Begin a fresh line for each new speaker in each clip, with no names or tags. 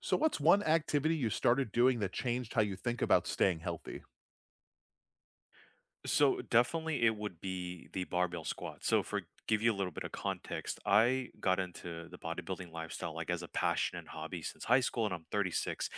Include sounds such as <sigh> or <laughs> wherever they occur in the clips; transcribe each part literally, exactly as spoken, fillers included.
So, what's one activity you started doing that changed how you think about staying healthy?
So definitely it would be the barbell squat. So for give you a little bit of context, I got into the bodybuilding lifestyle like as a passion and hobby since high school, and I'm thirty-six.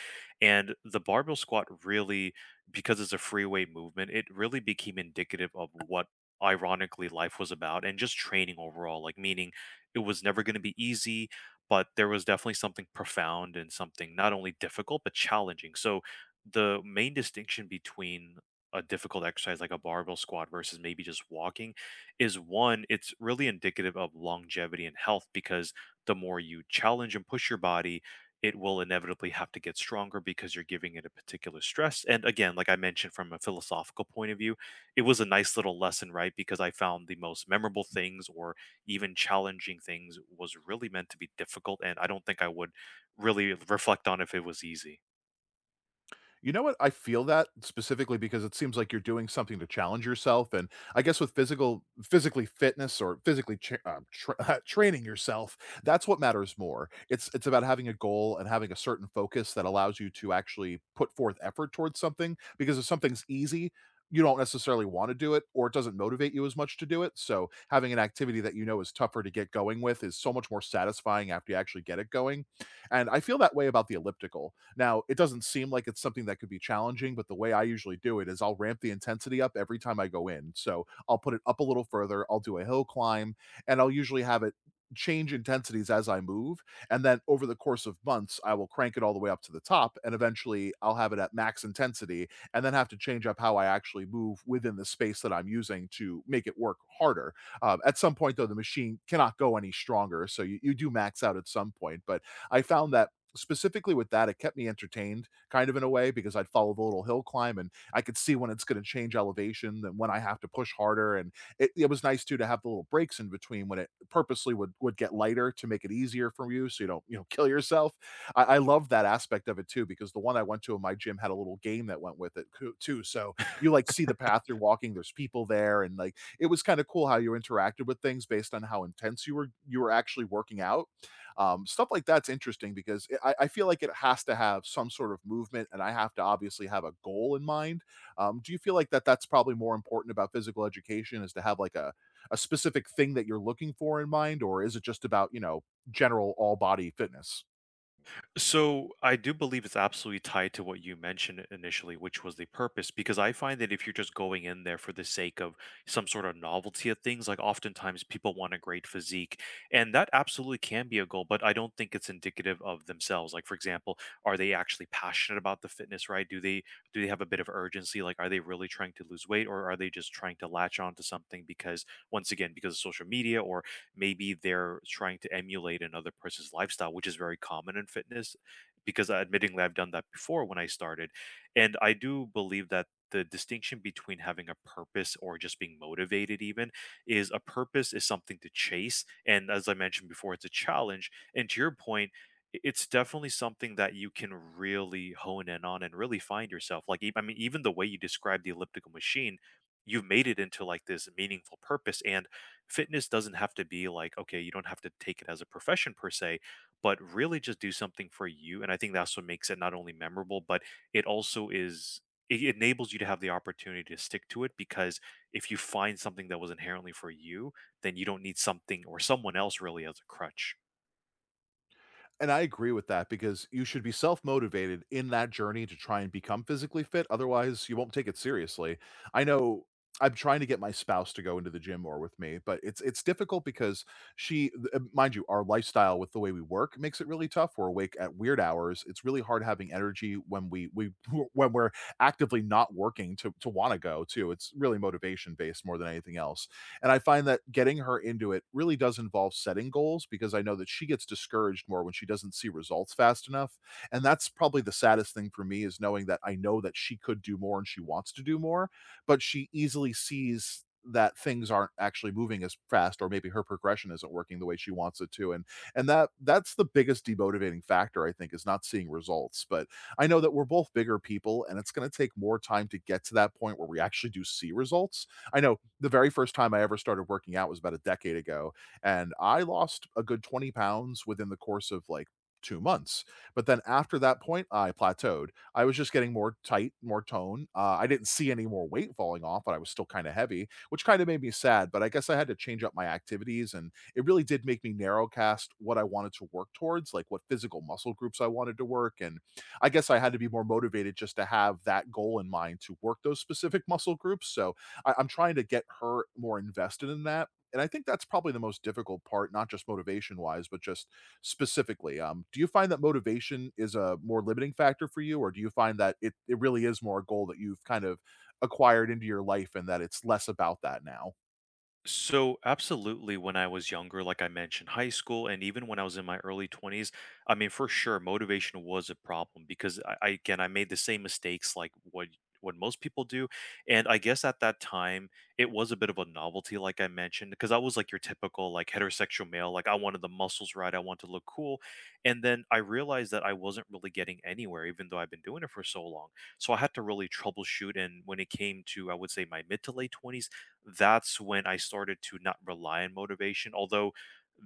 And the barbell squat really, because it's a free weight movement, it really became indicative of what ironically life was about and just training overall, like meaning it was never going to be easy, but there was definitely something profound and something not only difficult but challenging. So the main distinction between a difficult exercise like a barbell squat versus maybe just walking is one, it's really indicative of longevity and health, because the more you challenge and push your body, it will inevitably have to get stronger because you're giving it a particular stress. And again, like I mentioned, from a philosophical point of view, it was a nice little lesson, right? Because I found the most memorable things or even challenging things was really meant to be difficult, and I don't think I would really reflect on if it was easy.
You know what? I feel that specifically because it seems like you're doing something to challenge yourself, and I guess with physical physically fitness or physically cha uh, tra <laughs> training yourself, that's what matters more. It's it's about having a goal and having a certain focus that allows you to actually put forth effort towards something, because if something's easy, you don't necessarily wanna do it, or it doesn't motivate you as much to do it, so having an activity that you know is tougher to get going with is so much more satisfying after you actually get it going, and I feel that way about the elliptical. Now, it doesn't seem like it's something that could be challenging, but the way I usually do it is I'll ramp the intensity up every time I go in. So I'll put it up a little further, I'll do a hill climb, and I'll usually have it change intensities as I move. And then over the course of months, I will crank it all the way up to the top, and eventually I'll have it at max intensity and then have to change up how I actually move within the space that I'm using to make it work harder. Um, at some point, though, the machine cannot go any stronger. So you, you do max out at some point. But I found that specifically with that, it kept me entertained kind of in a way because I'd follow the little hill climb and I could see when it's going to change elevation and when I have to push harder. And it, it was nice too to have the little breaks in between when it purposely would would get lighter to make it easier for you, so you don't you know kill yourself. I, I love that aspect of it too because the one I went to in my gym had a little game that went with it coo- too. So you like see the path you're walking. There's people there, and like it was kind of cool how you interacted with things based on how intense you were you were actually working out. Um, stuff like that's interesting because it, I, I feel like it has to have some sort of movement, and I have to obviously have a goal in mind. Um, do you feel like that that's probably more important about physical education is to have like a a specific thing that you're looking for in mind, or is it just about you know general all body fitness?
So I do believe it's absolutely tied to what you mentioned initially, which was the purpose. Because I find that if you're just going in there for the sake of some sort of novelty of things, like oftentimes people want a great physique, and that absolutely can be a goal, but I don't think it's indicative of themselves. Like, for example, are they actually passionate about the fitness, right? Do they do they have a bit of urgency? Like, are they really trying to lose weight, or are they just trying to latch on to something because once again, because of social media, or maybe they're trying to emulate another person's lifestyle, which is very common in fitness because uh, admittingly I've done that before when I started. And I do believe that the distinction between having a purpose or just being motivated even is a purpose is something to chase, and as I mentioned before, it's a challenge. And to your point, i- it's definitely something that you can really hone in on and really find yourself like e- I mean, even the way you describe the elliptical machine, you've made it into like this meaningful purpose. And fitness doesn't have to be like, okay, you don't have to take it as a profession per se, but really just do something for you. And I think that's what makes it not only memorable, but it also is, it enables you to have the opportunity to stick to it, because if you find something that was inherently for you, then you don't need something or someone else really as a crutch.
And I agree with that because you should be self motivated in that journey to try and become physically fit. Otherwise, you won't take it seriously. I know, I'm trying to get my spouse to go into the gym more with me, but it's it's difficult because she, th- uh, mind you, our lifestyle with the way we work makes it really tough. We're awake at weird hours. It's really hard having energy when we we <laughs> when we're actively not working to to want to go too. It's really motivation based more than anything else. And I find that getting her into it really does involve setting goals because I know that she gets discouraged more when she doesn't see results fast enough. And that's probably the saddest thing for me is knowing that I know that she could do more and she wants to do more, but she easily sees that things aren't actually moving as fast, or maybe her progression isn't working the way she wants it to, and and that that's the biggest demotivating factor, I think, is not seeing results. But I know that we're both bigger people, and it's going to take more time to get to that point where we actually do see results. I know the very first time I ever started working out was about a decade ago, and I lost a good twenty pounds within the course of like two months. But then after that point, I plateaued. I was just getting more tight, more tone. Uh, I didn't see any more weight falling off, but I was still kind of heavy, which kind of made me sad. But I guess I had to change up my activities, and it really did make me narrowcast what I wanted to work towards, like what physical muscle groups I wanted to work. And I guess I had to be more motivated just to have that goal in mind to work those specific muscle groups. So I, I'm trying to get her more invested in that. And I think that's probably the most difficult part, not just motivation wise, but just specifically. Um, do you find that motivation is a more limiting factor for you, or do you find that it, it really is more a goal that you've kind of acquired into your life and that it's less about that now?
So, absolutely, when I was younger, like I mentioned, high school, and even when I was in my early twenties, I mean, for sure, motivation was a problem because I, I again, I made the same mistakes like what what most people do. And I guess at that time, it was a bit of a novelty, like I mentioned, because I was like your typical like heterosexual male, like I wanted the muscles, right? I want to look cool. And then I realized that I wasn't really getting anywhere, even though I've been doing it for so long. So I had to really troubleshoot. And when it came to, I would say, my mid to late twenties, that's when I started to not rely on motivation, although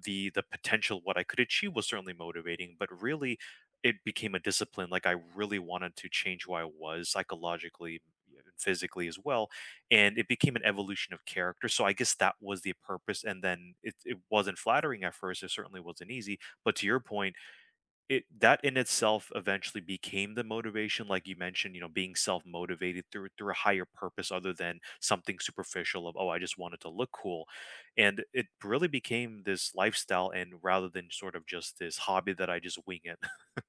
the the potential what I could achieve was certainly motivating, but really it became a discipline. Like, I really wanted to change who I was psychologically, yeah, and physically as well. And it became an evolution of character. So I guess that was the purpose. And then it, it wasn't flattering at first. It certainly wasn't easy. But to your point, it that in itself eventually became the motivation, like you mentioned, you know, being self-motivated through through a higher purpose other than something superficial of, oh, I just wanted to look cool. And it really became this lifestyle and rather than sort of just this hobby that I just wing it. <laughs>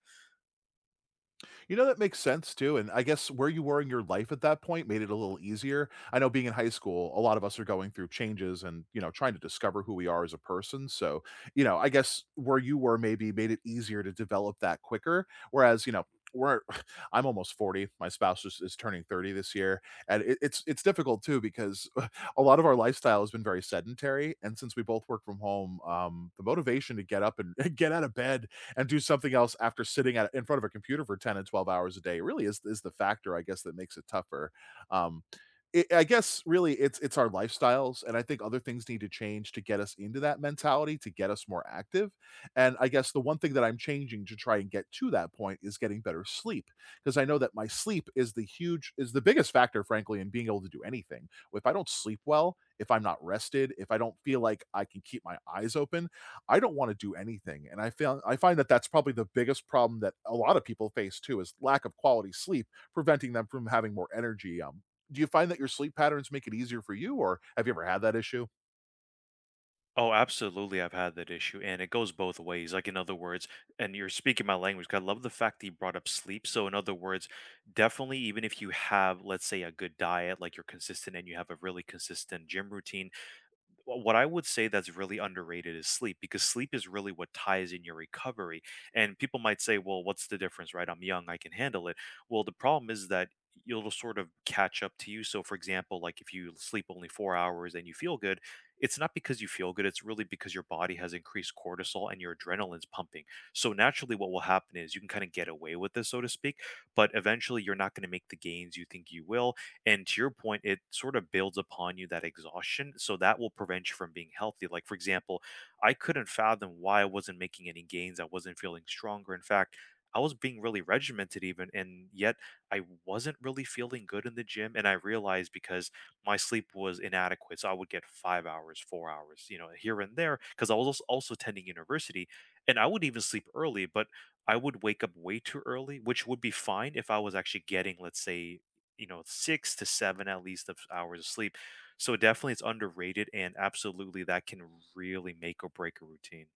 You know, that makes sense too, and I guess where you were in your life at that point made it a little easier. I know, being in high school, a lot of us are going through changes and, you know, trying to discover who we are as a person, so, you know, I guess where you were maybe made it easier to develop that quicker, whereas, you know, where <laughs> I'm almost forty, my spouse is is turning thirty this year, and it it's it's difficult too because <laughs> a lot of our lifestyle has been very sedentary, and since we both work from home, um, the motivation to get up and <laughs> get out of bed and do something else after sitting at in front of a computer for ten and twelve hours a day. It really is is the factor, I guess, that makes it tougher. um it, I guess really it's it's our lifestyles, and I think other things need to change to get us into that mentality, to get us more active. And I guess the one thing that I'm changing to try and get to that point is getting better sleep, because I know that my sleep is the huge is the biggest factor, frankly, in being able to do anything. If I don't sleep well, if I'm not rested, if I don't feel like I can keep my eyes open, I don't want to do anything. And I found I find that that's probably the biggest problem that a lot of people face too, is lack of quality sleep, preventing them from having more energy. Um, do you find that your sleep patterns make it easier for you, or have you ever had that issue?
Oh, absolutely. I've had that issue, and it goes both ways. Like, in other words, and you're speaking my language 'cause I love the fact that you brought up sleep. So, in other words, definitely, even if you have, let's say, a good diet, like you're consistent and you have a really consistent gym routine, what I would say that's really underrated is sleep, because sleep is really what ties in your recovery, and people might say, "Well, what's the difference, right? I'm young, I can handle it." Well, the problem is that it'll sort of catch up to you. So, for example, like, if you sleep only four hours and you feel good, it's not because you feel good, it's really because your body has increased cortisol and your adrenaline's pumping. So, naturally, what will happen is you can kinda get away with this, so to speak, but eventually, you're not gonna make the gains you think you will, and to your point, it sort of builds upon you that exhaustion. So that will prevent you from being healthy. Like, for example, I couldn't fathom why I wasn't making any gains. I wasn't feeling stronger. In fact, I was being really regimented, even, and yet I wasn't really feeling good in the gym. And I realized because my sleep was inadequate. So I would get five hours, four hours, you know, here and there, because I was als- also attending university, and I would even sleep early, but I would wake up way too early, which would be fine if I was actually getting, let's say, you know, six to seven at least of hours of sleep. So definitely it's underrated, and absolutely that can really make or break a routine.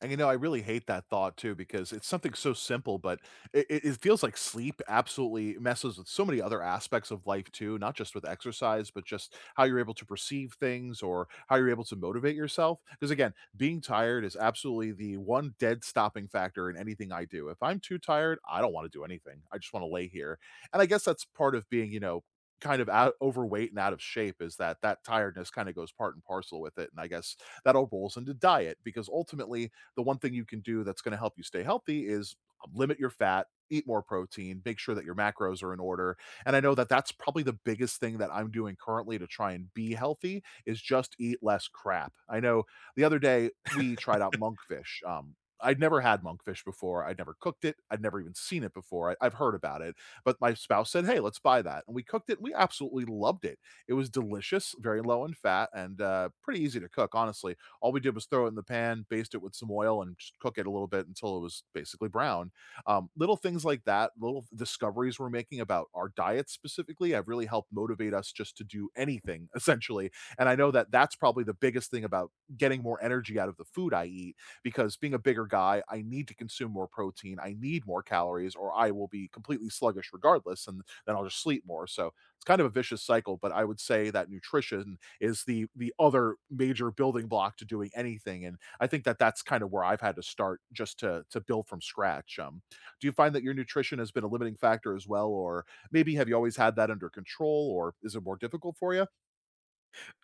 And you know, I really hate that thought too because it's something so simple, but it, it it feels like sleep absolutely messes with so many other aspects of life too, not just with exercise, but just how you're able to perceive things or how you're able to motivate yourself. Because again, being tired is absolutely the one dead stopping factor in anything I do. If I'm too tired, I don't want to do anything. I just want to lay here. And I guess that's part of being, you know, kind of out overweight and out of shape, is that that tiredness kind of goes part and parcel with it, and I guess that all rolls into diet because ultimately the one thing you can do that's going to help you stay healthy is um, limit your fat, eat more protein, make sure that your macros are in order. And I know that that's probably the biggest thing that I'm doing currently to try and be healthy is just eat less crap. I know the other day we tried out monkfish. um I'd never had monkfish before. I'd never cooked it. I'd never even seen it before. I, I've heard about it, but my spouse said, "Hey, let's buy that." And we cooked it. We absolutely loved it. It was delicious, very low in fat, and uh, pretty easy to cook. Honestly, all we did was throw it in the pan, baste it with some oil, and just cook it a little bit until it was basically brown. Um, little things like that, little discoveries we're making about our diets specifically, have really helped motivate us just to do anything <laughs> essentially. And I know that that's probably the biggest thing about getting more energy out of the food I eat, because being a bigger guy, I need to consume more protein, I need more calories, or I will be completely sluggish regardless, and then I'll just sleep more. So it's kind of a vicious cycle. But I would say that nutrition is the the other major building block to doing anything. And I think that that's kind of where I've had to start, just to to build from scratch. Um, do you find that your nutrition has been a limiting factor as well, or maybe have you always had that under control, or is it more difficult for you?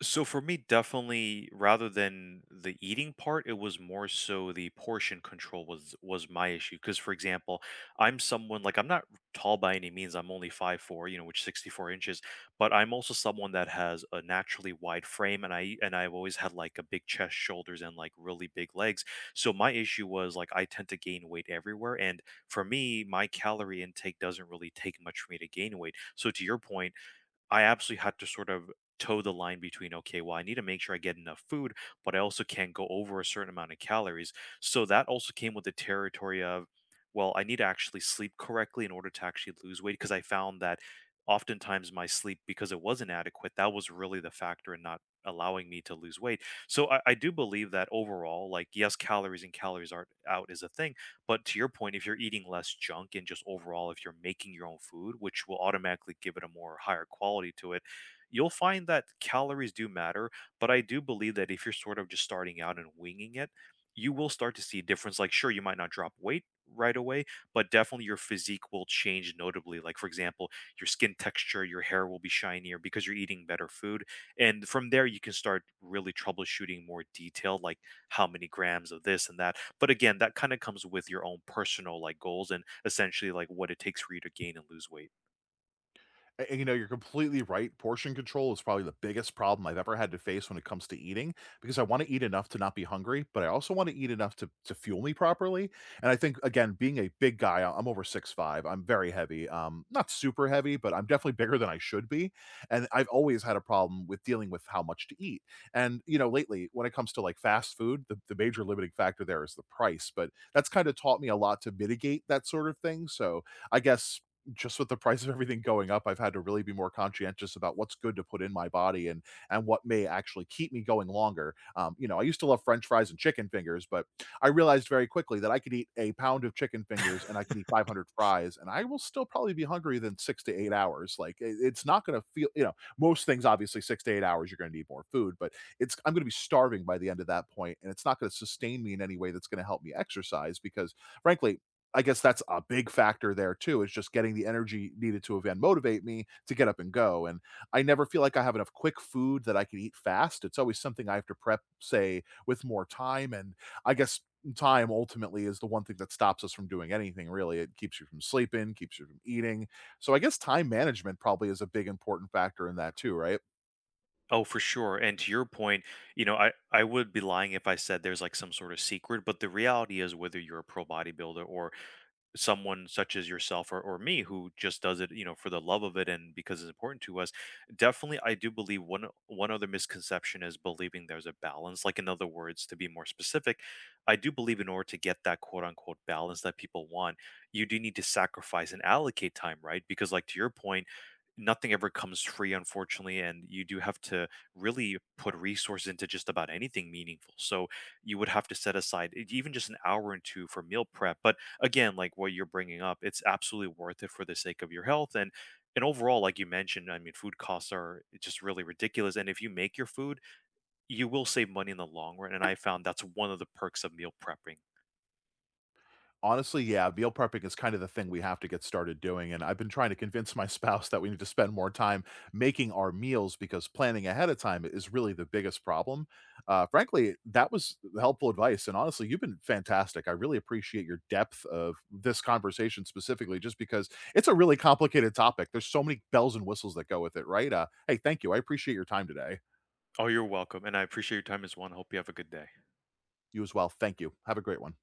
So for me, definitely, rather than the eating part, it was more so the portion control was was my issue. Because for example, I'm someone like I'm not tall by any means. I'm only five four, you know, which sixty four inches. But I'm also someone that has a naturally wide frame, and I e, and I've always had like a big chest, shoulders, and like really big legs. So my issue was like I tend to gain weight everywhere, and for me, my calorie intake doesn't really take much for me to gain weight. So to your point, I absolutely had to sort of toe the line between, okay, well, I need to make sure I get enough food, but I also can't go over a certain amount of calories. So that also came with the territory of, well, I need to actually sleep correctly in order to actually lose weight, because I found that oftentimes my sleep, because it was inadequate, that was really the factor in not allowing me to lose weight. so i, I do believe that overall, like, yes, calories and calories are out is a thing, but to your point, if you're eating less junk and just overall, if you're making your own food, which will automatically give it a more higher quality to it, you'll find that calories do matter. But I do believe that if you're sort of just starting out and winging it, you will start to see a difference. Like, sure, you might not drop weight right away, but definitely your physique will change notably. Like, for example, your skin texture, your hair will be shinier because you're eating better food. And from there, you can start really troubleshooting more detailed, like how many grams of this and that. But again, that kind of comes with your own personal like goals and essentially like what it takes for you to gain and lose weight.
A- And, you know, you're completely right. Portion control is probably the biggest problem I've ever had to face when it comes to eating, because I want to eat enough to not be hungry, but I also want to eat enough to to fuel me properly. And I think again, being a big guy, I- I'm over six five. I'm very heavy. Um, not super heavy, but I'm definitely bigger than I should be. And I've always had a problem with dealing with how much to eat. And you know, lately when it comes to like fast food, the, the major limiting factor there is the price. But that's kind of taught me a lot to mitigate that sort of thing. So I guess just with the price of everything going up, I've had to really be more conscientious about what's good to put in my body and and what may actually keep me going longer. Um, you know, I used to love French fries and chicken fingers, but I realized very quickly that I could eat a pound of chicken fingers and I can eat five hundred fries, and I will still probably be hungry than six to eight hours. Like it- it's not going to feel, you know, most things obviously, six to eight hours you're going to need more food, but it's I'm going to be starving by the end of that point, and it's not going to sustain me in any way that's going to help me exercise, because frankly, I guess that's a big factor there too. Is just getting the energy needed to event motivate me to get up and go. And I never feel like I have enough quick food that I can eat fast. It's always something I have to prep, say, with more time. And I guess time ultimately is the one thing that stops us from doing anything really. It keeps you from sleeping, keeps you from eating. So I guess time management probably is a big important factor in that too, right?
Oh, for sure. And to your point, you know, I I would be lying if I said there's like some sort of secret, but the reality is whether you're a pro bodybuilder or someone such as yourself, or, or me who just does it, you know, for the love of it and because it's important to us, definitely I do believe one one other misconception is believing there's a balance, like in other words, to be more specific, I do believe in order to get that quote unquote balance that people want, you do need to sacrifice and allocate time, right? Because like, to your point, nothing ever comes free, unfortunately, and you do have to really put resources into just about anything meaningful. So you would have to set aside e- even just an hour and two for meal prep. But again, like what you're bringing up, it's absolutely worth it for the sake of your health. and and overall, like you mentioned, I mean, food costs are just really ridiculous. And if you make your food, you will save money in the long run. And I found that's one of the perks of meal prepping.
Honestly, yeah, meal prepping is kind of the thing we have to get started doing, and I've been trying to convince <laughs> my spouse that we need to spend more time making our meals because planning ahead of time is really the biggest problem. Uh, frankly, that was helpful advice, and honestly, you've been fantastic. I really appreciate your depth of this conversation specifically, just because it's a really complicated topic. There's so many bells and whistles that go with it, right? Uh, hey, thank you. I appreciate your time today.
Oh, you're welcome. And I appreciate your time as well. And hope you have a good day.
You as well. Thank you. Have a great one.